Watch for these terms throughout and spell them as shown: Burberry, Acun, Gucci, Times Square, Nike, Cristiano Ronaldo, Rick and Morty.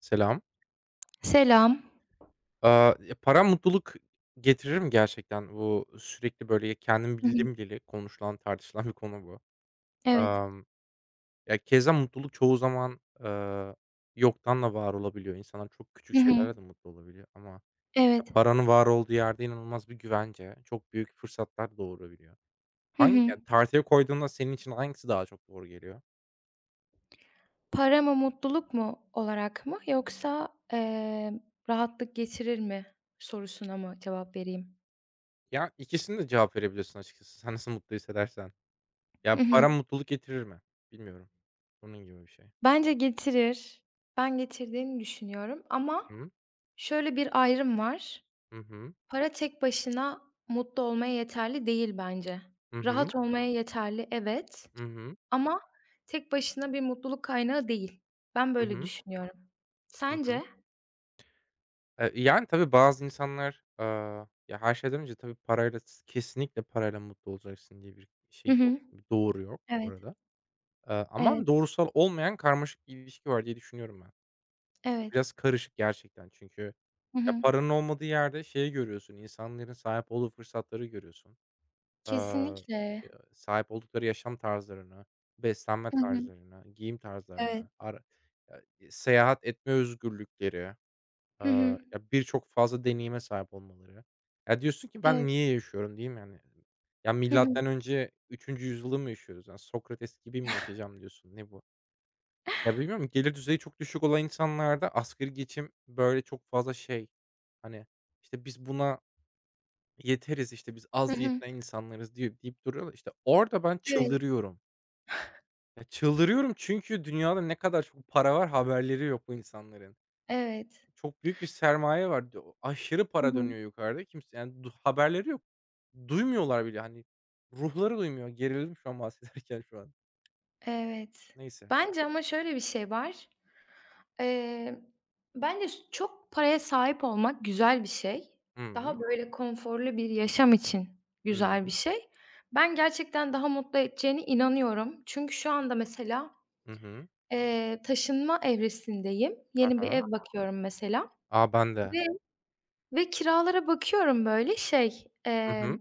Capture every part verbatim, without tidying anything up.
Selam. Selam. Aaa, ya, para mutluluk getirir mi gerçekten? Bu sürekli, böyle, kendim Hı hı. bildim bileli konuşulan, tartışılan bir konu bu. Evet. Amm, ya, keza mutluluk çoğu zaman, eee, yoktan da var olabiliyor. İnsanlar çok küçük Hı hı. şeylerle de mutlu olabiliyor ama ya, Evet. paranın var olduğu yerde inanılmaz bir güvence, çok büyük fırsatlar doğurabiliyor. Hı Hangi hı. ya, tartıya koyduğunda senin için hangisi daha çok doğru geliyor? Para mı mutluluk mu olarak mı yoksa, emm, rahatlık getirir mi sorusuna mı cevap vereyim? Ya, ikisine de cevap verebiliyorsun açıkçası sen nasıl mutlu hissedersen. Hı Ya, hı. para mutluluk getirir mi? Bilmiyorum. Bunun gibi bir şey. Bence getirir. Ben getirdiğini düşünüyorum ama Hı. şöyle bir ayrım var. Hı hı. Para tek başına mutlu olmaya yeterli değil bence. Hı hı. Rahat olmaya yeterli, evet Hı hı. ama tek başına bir mutluluk kaynağı değil. Ben Hı böyle hı. düşünüyorum. Hı hı. Sence? Eee, yani, tabii bazı insanlar, aaa, ya, her şeyden önce tabii parayla s kesinlikle parayla mutlu olacaksın diye bir Hı şey yok. hı. Bir doğru yok bu Evet. arada. Eee, ama Evet, doğrusal olmayan karmaşık bir ilişki var diye düşünüyorum ben. evet. Biraz karışık gerçekten çünkü Hı ya, hı. paranın olmadığı yerde şeyi görüyorsun, insanların sahip olduğu fırsatları görüyorsun. Aaa, Kesinlikle. eee, e, sahip oldukları yaşam tarzlarını, beslenme Hı hı. tarzlarını, giyim Evet. tarzlarını, ara ya, eee, seyahat etme özgürlükleri, Hı aaa, hı. ya, birçok fazla deneyime sahip olmaları. Ya, diyorsun ki ben Evet. niye yaşıyorum, değil mi? Yani, ya, Hı hı. milattan önce üçüncü yüzyılı mı yaşıyoruz? Yani Sokrates gibi mi yaşayacağım diyorsun? Ne bu? Ya, bilmiyorum gelir düzeyi çok düşük olan insanlarda asgari geçim böyle çok fazla şey, hani, işte, biz buna yeteriz, işte, biz Hı az hı. yetilen insanlarız diyor deyip duruyorlar. İşte, orada ben Evet, çıldırıyorum. Ya, çıldırıyorum çünkü dünyada ne kadar çok para var haberleri yok bu insanların. evet. Çok büyük bir sermaye var. D aşırı Hı para hı. dönüyor yukarıda. Kimse yani du haberleri yok. Duymuyorlar bile, hani, ruhları duymuyor. Gerildim şu an bahsederken şu an. Evet. Neyse. Bence ama şöyle bir şey var. Eee, Bence s çok paraya sahip olmak güzel bir şey. Hı hı. Daha böyle konforlu bir yaşam için Hı güzel bir hı. şey. Ben gerçekten daha mutlu edeceğine inanıyorum. Çünkü şu anda mesela, Hı hı. eee, taşınma evresindeyim. Yeni bir Ha, ev bakıyorum mesela a, ben de. ve Ve kiralara bakıyorum böyle şey, Hı hı. emm,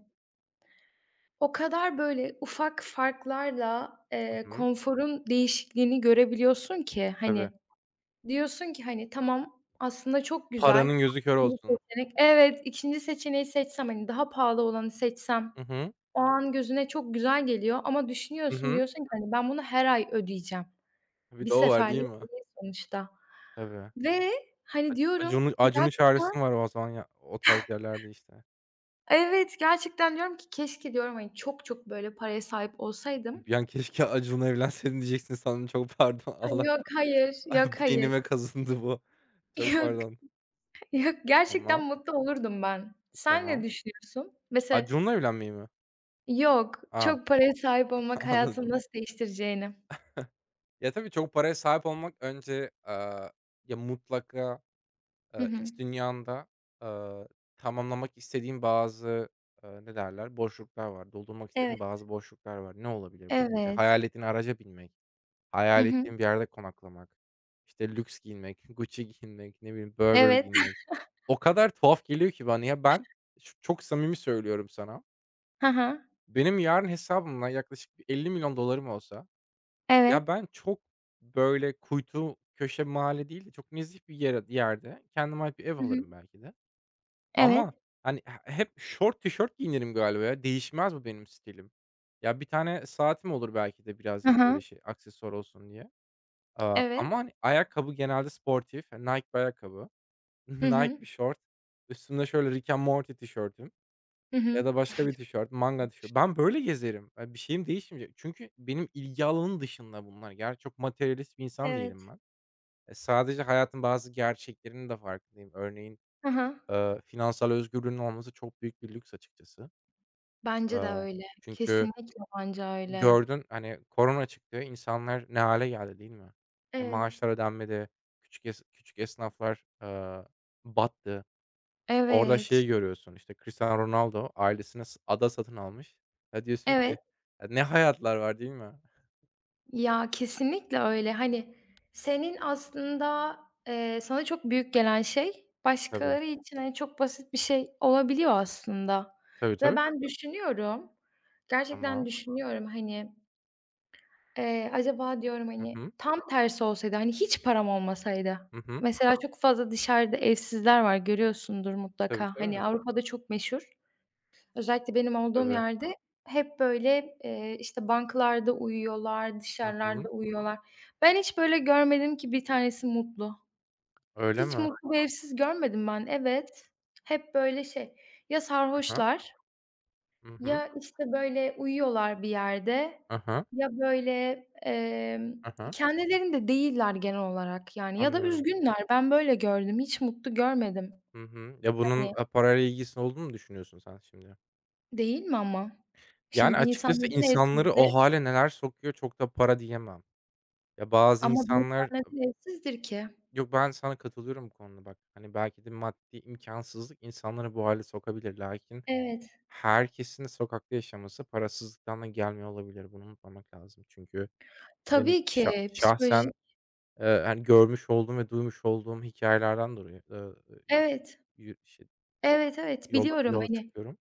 o kadar böyle ufak farklarla, Hı eee, hı. konforun değişikliğini görebiliyorsun ki, Tabii. hani, diyorsun ki, hani, tamam aslında çok güzel. Paranın gözü kör ikinci olsun. seçenek. Evet, ikinci seçeneği seçsem, hani, daha pahalı olanı seçsem Hı hı. o an gözüne çok güzel geliyor ama Hı düşünüyorsun, hı. diyorsun ki, hani, ben bunu her ay ödeyeceğim. Bir Bir de o var değil seferlik mi? değil sonuçta Tabii. ve, hani, Ac diyorum Acun'un Acun'un gerçekten. çaresi mi var o zaman ya, o tarz yerlerde işte. Evet, gerçekten diyorum ki keşke diyorum, hani, çok çok böyle paraya sahip olsaydım. Bir an keşke Acun'la evlenseydin diyeceksin sandım. Çok pardon. Ha, Allah yok, hayır, yok, hayır. beynime kazındı bu. Çok Yok, pardon. yok, gerçekten Tamam, mutlu olurdum ben. Sen ne tamam. düşünüyorsun? Mesela Acun'la evlenmeyi mi? yok, A! çok paraya sahip olmak hayatını Anladım. nasıl değiştireceğini. Ya, tabii çok paraya sahip olmak önce, aaa, ya, mutlaka, Hı eee, iç hı. dünyanda, eee, tamamlamak istediğin bazı, eee, ne derler, boşluklar var. Doldurmak istediğin Evet, bazı boşluklar var. Ne olabilir bu? İşte evet. hayal ettiğin araca binmek. Hı Hayal hı. ettiğim bir yerde konaklamak, işte, lüks giyinmek, Gucci giyinmek, ne bileyim Burberry Evet. giyinmek. O kadar tuhaf geliyor ki bana. Ya, ben ş çok samimi söylüyorum sana. Hı hı. Benim yarın hesabımla yaklaşık bir elli milyon dolarım olsa, ya, Evet. ben çok, böyle, kuytu köşe mahalle değil de çok nezih bir yere yerde kendime ait bir ev Hı hı. alırım belki de. Evet. Ama, hani, he hep şort, tişört giyinirim galiba ya. Değişmez bu benim stilim. Ya, bir tane saatim olur belki de Hı birazcık, böyle, hı. şey, aksesuar olsun diye. Aaa, Evet. ama, hani, ayakkabı genelde sportif, hani, Nike bir ayakkabı, Hı Nike hı. bir şort, üstümde şöyle Rick and Morty tişörtüm Hı ya hı. da başka bir tişört, manga tişört. Ben böyle gezerim. Eee, bir şeyim değişmeyecek. Çünkü benim ilgi alanım dışında bunlar. Ger çok materyalist bir insan değilim Evet. ben. E, sadece hayatın bazı gerçeklerinin de farkındayım. Örneğin, Hı hı. eee, finansal özgürlüğünün olması çok büyük bir lüks açıkçası. Bence de Eee, öyle. çünkü Kesinlikle bence öyle. Gördün, hani, korona çıktı, insanlar ne hale geldi değil mi? Ya, Evet. maaşlar ödenmedi, küçük es küçük esnaflar, eee, battı. Orada Evet. şeyi görüyorsun, işte, Cristiano Ronaldo ailesine s ada satın almış. Ya, diyorsun Evet. ki, "Ya, ne hayatlar var." değil mi? Ya, kesinlikle öyle. Hani, senin aslında, eee, sana çok büyük gelen şey Tabii. başkaları için, hani, çok basit bir şey olabiliyor aslında Tabii, ve tabii. ben düşünüyorum, gerçekten Tamam. düşünüyorum, hani, eee, acaba diyorum, Hı hani, hı. tam tersi olsaydı, hani, hiç param olmasaydı. Hı hı. Mesela çok fazla dışarıda evsizler var, görüyorsundur Tabii, mutlaka. tabii. Hani, Avrupa'da çok meşhur. Özellikle benim olduğum Tabii. yerde hep böyle, eee, işte, banklarda uyuyorlar, Hı dışarılarda hı. uyuyorlar. Ben hiç böyle görmedim ki bir tanesi mutlu. Öyle Hiç mi? mutlu bir evsiz görmedim ben. Evet. Hep böyle şey, ya Hı hı. sarhoşlar Hı hı. ya, işte, böyle uyuyorlar bir yerde Hı. ya böyle, emm, kendilerinde değiller genel olarak yani ya da Anlıyorum. üzgünler. Ben böyle gördüm. Hiç mutlu görmedim. Hı hı. Ya, bunun, Hani, eee, parayla ilgisi olduğunu mu düşünüyorsun sen şimdi? değil mi ama? Yani, Şimdi bir insan açıkçası neden insanları o evsizdir? hale neler sokuyor çok da para diyemem. Ya, bazı Ama bir insan insanlar... neden evsizdir ki? Yok, ben sana katılıyorum bu konuda bak. Hani, belki de maddi imkansızlık insanları bu hale sokabilir. Lakin Evet. herkesin sokakta yaşaması parasızlıktan da gelmiyor olabilir. Bunu unutmamak lazım. Çünkü benim Tabii şah ki şahsen, psikolojik. eee, hani, görmüş olduğum ve duymuş olduğum hikayelerden dolayı, ııı, Evet, yü şey evet, evet yola biliyorum, yola hani, çıkıyorum.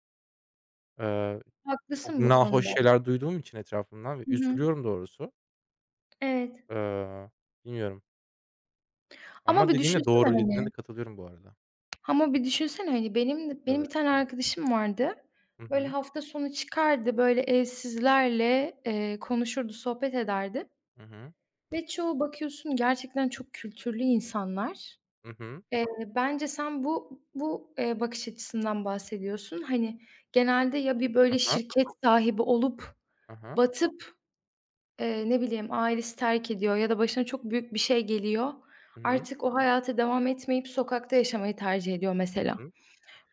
Eee, çok haklısın bu nahoş konuda. şeyler duyduğum için etrafımdan ve Hı hı. üzülüyorum doğrusu. Evet. Eee, bilmiyorum Ama ama bir dediğin de düşünsene, doğru, dediğine de hani, katılıyorum bu arada. ama bir düşünsene, hani, benim de benim Tabii. bir tane arkadaşım vardı. Hı Böyle hı. hafta sonu çıkardı, böyle evsizlerle, eee, konuşurdu, sohbet ederdi Hı hı. ve çoğu bakıyorsun gerçekten çok kültürlü insanlar. Hı hı. Eee, Bence sen bu bu, eee, bakış açısından bahsediyorsun. Hani, genelde ya bir Ha böyle ha. şirket sahibi olup Ha ha. batıp, eee, ne bileyim, ailesi terk ediyor ya da başına çok büyük bir şey geliyor. Hı hı. Artık o hayata devam etmeyip sokakta yaşamayı tercih ediyor Hı mesela. hı.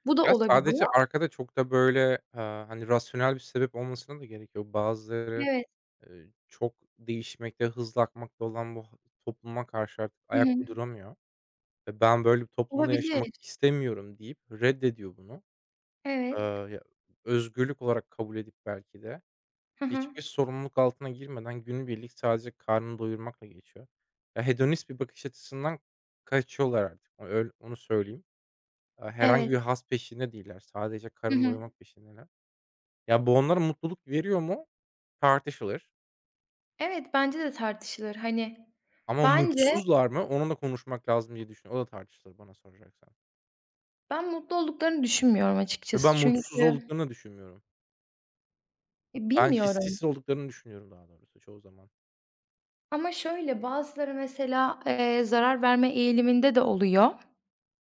Bu da Ya, sadece olabiliyor. arkada çok da böyle, eee, hani, rasyonel bir sebep olmasına da gerek yok. Bazıları, Evet. eee, çok değişmekte, hızlı akmakta olan bu h topluma karşı artık Hı ayak hı. uyduramıyor ve "Ben böyle bir toplumda yaşamak Olabilir. istemiyorum." deyip reddediyor bunu. Eee, Evet. ya özgürlük olarak kabul edip belki de Hı hı. hiçbir sorumluluk altına girmeden günübirlik sadece karnını doyurmakla geçiyor. Ya, hedonist bir bakış açısından kaçıyorlar artık. O öyle Onu söyleyeyim. Aaa, herhangi Evet. bir haz peşinde değiller. Sadece Hı karın hı. doyurmak peşindeler. Ya, bu onlara mutluluk veriyor mu? Tartışılır. Evet, bence de tartışılır. Hani, Ama bence mutsuzlar mı? Onu da konuşmak lazım diye düşünüyorum. O da tartışılır bana soracaksan. ben mutlu olduklarını düşünmüyorum Ve açıkçası. ben mutsuz Çünkü, olduklarını düşünmüyorum. e, Ben bilmiyorum. hissiz olduklarını düşünüyorum daha doğrusu çoğu zaman. Ama şöyle, bazıları mesela, eee, zarar verme eğiliminde de oluyor.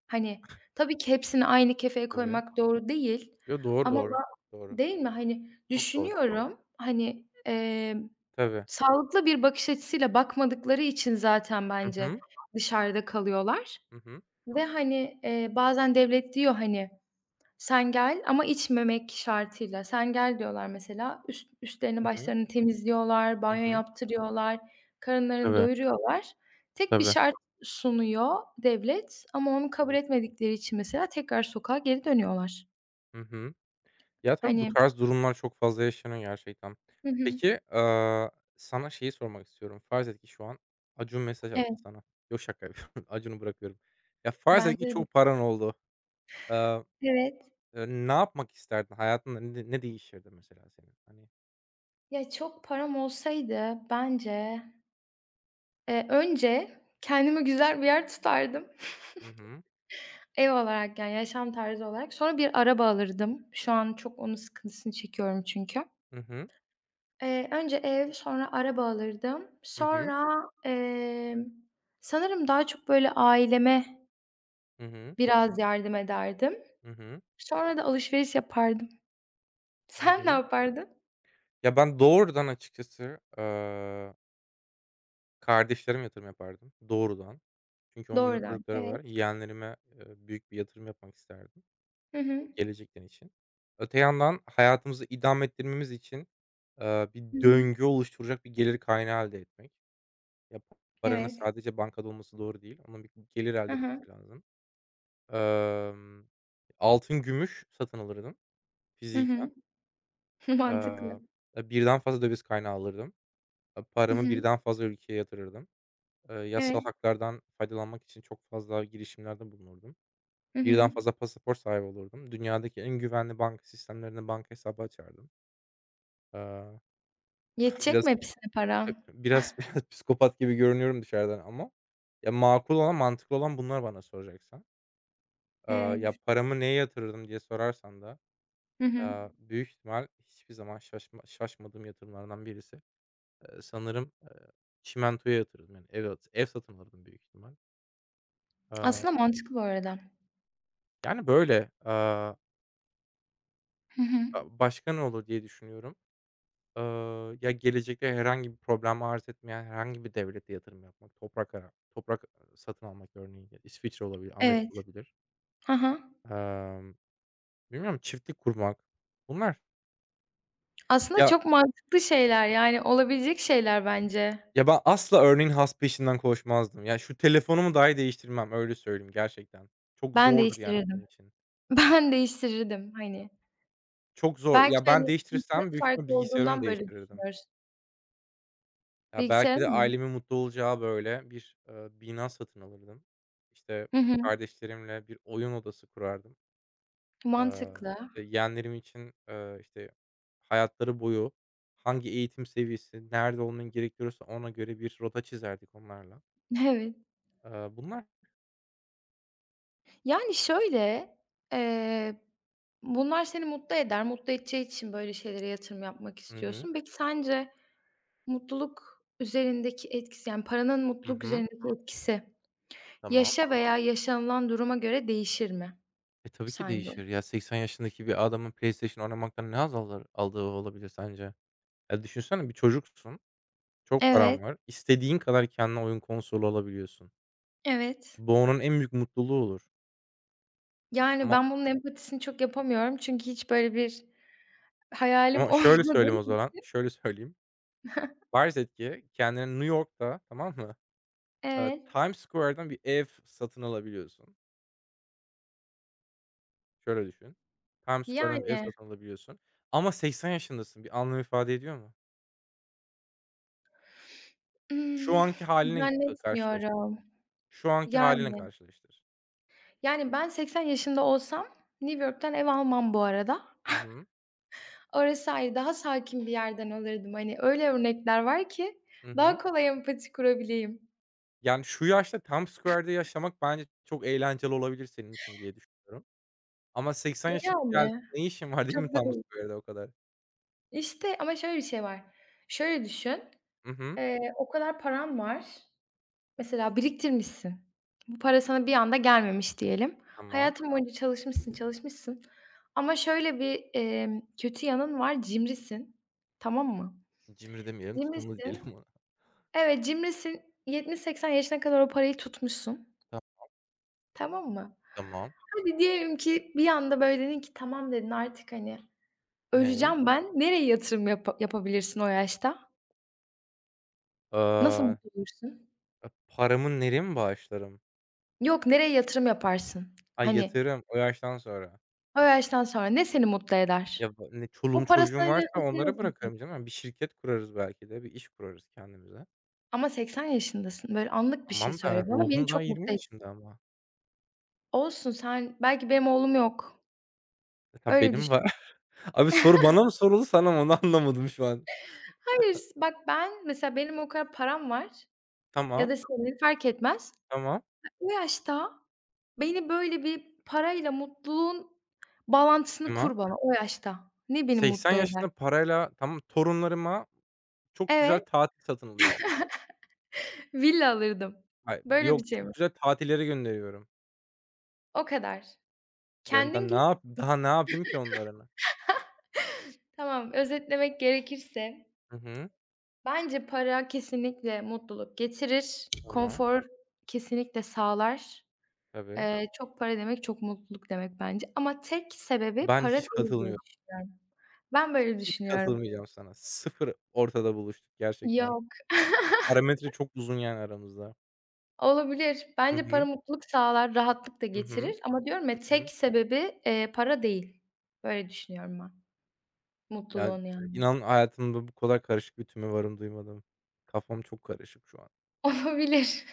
Hani, tabii ki hepsini aynı kefeye Tabii. koymak doğru değil Yo, doğru, ama ba doğru. Doğru. değil mi? Hani, Çok doğru. düşünüyorum, hani, emm, Tabii. sağlıklı bir bakış açısıyla bakmadıkları için zaten Hı bence hı. dışarıda kalıyorlar Hı hı. ve, hani, eee, bazen devlet diyor, hani, "Sen gel ama içmemek şartıyla. Sen gel." diyorlar mesela. Üst üstlerini Hı hı. başlarını temizliyorlar, Hı banyo hı. yaptırıyorlar, karınlarını Tabii, doyuruyorlar. Tek bir tabii, şart sunuyor devlet ama onu kabul tabii. etmedikleri için mesela tekrar sokağa geri dönüyorlar. Hı hı. Ya, tabii bu Hani. tarz durumlar çok fazla yaşanıyor gerçekten. Hı hı. Peki, aaa, sana şeyi sormak istiyorum. Farz et ki şu an Acun mesaj attı Evet, sana. Yok, şaka yapıyorum. Acun'u bırakıyorum. Ya, farz et ki bence de. çok paran oldu. Aaa, Evet. eee, e, ne yapmak isterdin? Hayatında ne ne değişirdi mesela senin? Hani... Ya, çok param olsaydı bence, eee, önce kendime güzel bir yer tutardım. Hı hı. Ev olarak yani yaşam tarzı olarak. Sonra bir araba alırdım. Şu an çok onun sıkıntısını çekiyorum çünkü. Hı hı. Eee, önce ev, sonra araba alırdım. Hı hı. Sonra, emm, sanırım daha çok, böyle, aileme Hı hı. biraz yardım ederdim. Hı hı. Sonra da alışveriş yapardım. Hı Sen ne hı. yapardın? Ya, ben doğrudan açıkçası, aaa kardeşlerime yatırım yapardım doğrudan. Çünkü onların Doğrudan. çocukları Evet. var. Yeğenlerime, eee, büyük bir yatırım yapmak isterdim, Hı hı. hani, gelecekleri için. Öte yandan hayatımızı idame ettirmemiz için, eee, Hı bir hı. döngü oluşturacak bir gelir kaynağı elde etmek. Ya, paranın Evet. sadece bankada olması doğru değil. Onun bir gelir Hı elde hı. etmesi lazım. Emm, altın, gümüş satın alırdım Hı fiziken. hı. Mantıklı. Eee, birden fazla döviz kaynağı alırdım. Eee, Hı paramı hı. birden fazla ülkeye yatırırdım. Eee, yasal Evet. haklardan faydalanmak için çok fazla girişimlerde bulunurdum. Hı Birden hı. fazla pasaport sahibi olurdum. Dünyadaki en güvenli banka sistemlerinde banka hesabı açardım. Eee, Yetecek biraz mi hepsine paran? biraz biraz psikopat gibi görünüyorum dışarıdan ama ya, makul olan, mantıklı olan bunlar bana soracaksan. Eee, ya, Evet. paramı neye yatırırdım diye sorarsan da, Hı hı. ya, büyük ihtimal hiçbir zaman şaşma şaşmadığım yatırımlardan birisi. Eee, sanırım, eee, çimentoya yatırırdım. Yani ev ev satın alırdım büyük ihtimal. Aslında Eee, mantıklı bu arada. yani böyle. Hı hı. A başka ne olur diye düşünüyorum. Eee, ya, gelecekte herhangi bir problem arz etmeyen herhangi bir devlete yatırım yapmak, toprak ara toprak satın almak örneğin, ya, İsviçre olabilir, Amerika Evet. olabilir. Hı hı. Emm, bilmiyorum çiftlik kurmak. Bunlar. Aslında Ya çok mantıklı şeyler, yani, olabilecek şeyler bence. ya, ben asla örneğin has peşinden koşmazdım. Ya, şu telefonumu dahi değiştirmem, öyle söyleyeyim gerçekten. Çok Ben zordur yani değiştirirdim. benim için. Ben değiştirirdim, hani. Çok zor. Belki, Ya, ben hani, cinsiyet değiştirsem büyük farkı ihtimal bilgisayarımı olduğundan böyle değiştirirdim. düşünüyoruz. Ya, belki de Bilgisayarın mı? ailemin mutlu olacağı, böyle, bir, eee, bina satın alırdım. İşte, Hı hı. kardeşlerimle bir oyun odası kurardım. Eee, Mantıklı. işte, yeğenlerim için, eee, işte, hayatları boyu hangi eğitim seviyesi, nerede olman gerekiyorsa ona göre bir rota çizerdik onlarla. Evet. Eee, bunlar... Yani, şöyle, eee, bunlar seni mutlu eder, mutlu edeceği için böyle şeylere yatırım yapmak Hı hı. istiyorsun. Peki sence mutluluk üzerindeki etkisi, yani, paranın Hı mutluluk hı. üzerindeki etkisi Tamam. yaşa veya yaşanılan duruma göre değişir mi E, tabii ki sence? değişir. Ya, seksen yaşındaki bir adamın PlayStation oynamaktan ne haz alır aldığı olabilir sence? Ya, düşünsene bir çocuksun, çok paran Evet, var, İstediğin kadar kendine oyun konsolu alabiliyorsun. evet. Bu onun en büyük mutluluğu olur. Yani, Ama ben bunun empatisini çok yapamıyorum çünkü hiç böyle bir hayalim ama şöyle olmadı. söyleyeyim o zaman, şöyle söyleyeyim. Farz et ki kendine New York'ta, tamam mı, eee, Evet. Times Square'dan bir ev satın alabiliyorsun. Şöyle düşün, Times Square'dan bir ev Yani, satın alabiliyorsun ama seksen yaşındasın. Bir anlam ifade ediyor mu? Şu ımm, anki hâlinle ka karşılaştır. zannetmiyorum. Şu anki hâlinle Yani, karşılaştır. yani, ben seksen yaşında olsam New York'tan ev almam bu arada. Hı hı. Orası ayrı, daha sakin bir yerden alırdım. Hani, öyle örnekler var ki Hı daha hı. kolay empati kurabileyim. Yani şu yaşta Times Square'da yaşamak bence çok eğlenceli olabilir senin için diye düşünüyorum. Ama seksen E, yaşına yani, geldiğinde ne işin var değil çok mi da Times değil. Square'da o kadar? İşte, ama şöyle bir şey var. Şöyle düşün, Hı hı. eee, o kadar param var. Mesela biriktirmişsin. Bu para sana bir anda gelmemiş diyelim. Tamam. Hayatın boyunca çalışmışsın, çalışmışsın ama şöyle bir, emm, kötü yanın var, cimrisin. Tamam mı? Cimri demeyelim, tutumlu Cimrisin. diyelim ona. Evet, cimrisin. yetmiş seksen yaşına kadar o parayı tutmuşsun. Ta Tamam mı? tamam. Hadi diyelim ki bir anda böyle dedin ki "Tamam." dedin, "Artık, hani, Ney? öleceğim ben." Nereye yatırım yapa yapabilirsin o yaşta? Nasıl Aaa, mutlu olursun? e, paramı nereye mi bağışlarım? Yok, nereye yatırım yaparsın? Ay, Hani, yatırım o yaştan sonra. o yaştan sonra ne seni mutlu eder? Ya, ba ne çoluğum O çocuğum parasal varsa iletmesini onlara nasıl mutlu bırakırım canım. Bir şirket kurarız belki de, bir iş kurarız kendimize. Ama seksen yaşındasın. Böyle anlık bir şey Tamam da söyle bana, beni ruhum daha çok yirmi mutlu etsin. yaşında ama. Olsun sen belki benim oğlum yok. E, tamam Öyle benim düşün. var. Abi soru bana mı soruldu, sana mı? Onu anlamadım şu an. Hayır, s bak ben mesela benim o kadar param var ya Tamam, da senin fark etmez. tamam, Bu yaşta beni böyle bir parayla mutluluğun bağlantısını tamam. kur bana o yaşta. Ne beni seksen mutlu eder? yaşında parayla tamam torunlarıma çok güzel Evet, tatil satın alıyorum. villa alırdım. Ay, Böyle bir yok şey çok mi? güzel tatillere gönderiyorum. O kadar. Yani, Kendin ben ne git. yap daha ne yapayım ki onlara ben? Tamam, özetlemek gerekirse, Hı hı. bence para kesinlikle mutluluk getirir. Tamam. Konfor kesinlikle sağlar. Tabii. Eee, çok para demek çok mutluluk demek bence ama tek sebebi Ben para hiç değil diye katılmıyorum. düşünüyorum. Ben böyle Hiç düşünüyorum. katılmayacağım sana. Sıfır ortada buluştuk gerçekten. Yok, Parametre çok uzun yani aramızda. olabilir. Hı Bence para hı. mutluluk sağlar, rahatlık da Hı hı. getirir ama diyorum ya Hı hı. tek sebebi, eee, para değil. Böyle düşünüyorum ben Yani, mutluluğun yani. inan hayatımda bu kadar karışık bir tüme varım duymadım. Kafam çok karışık şu an. Olabilir.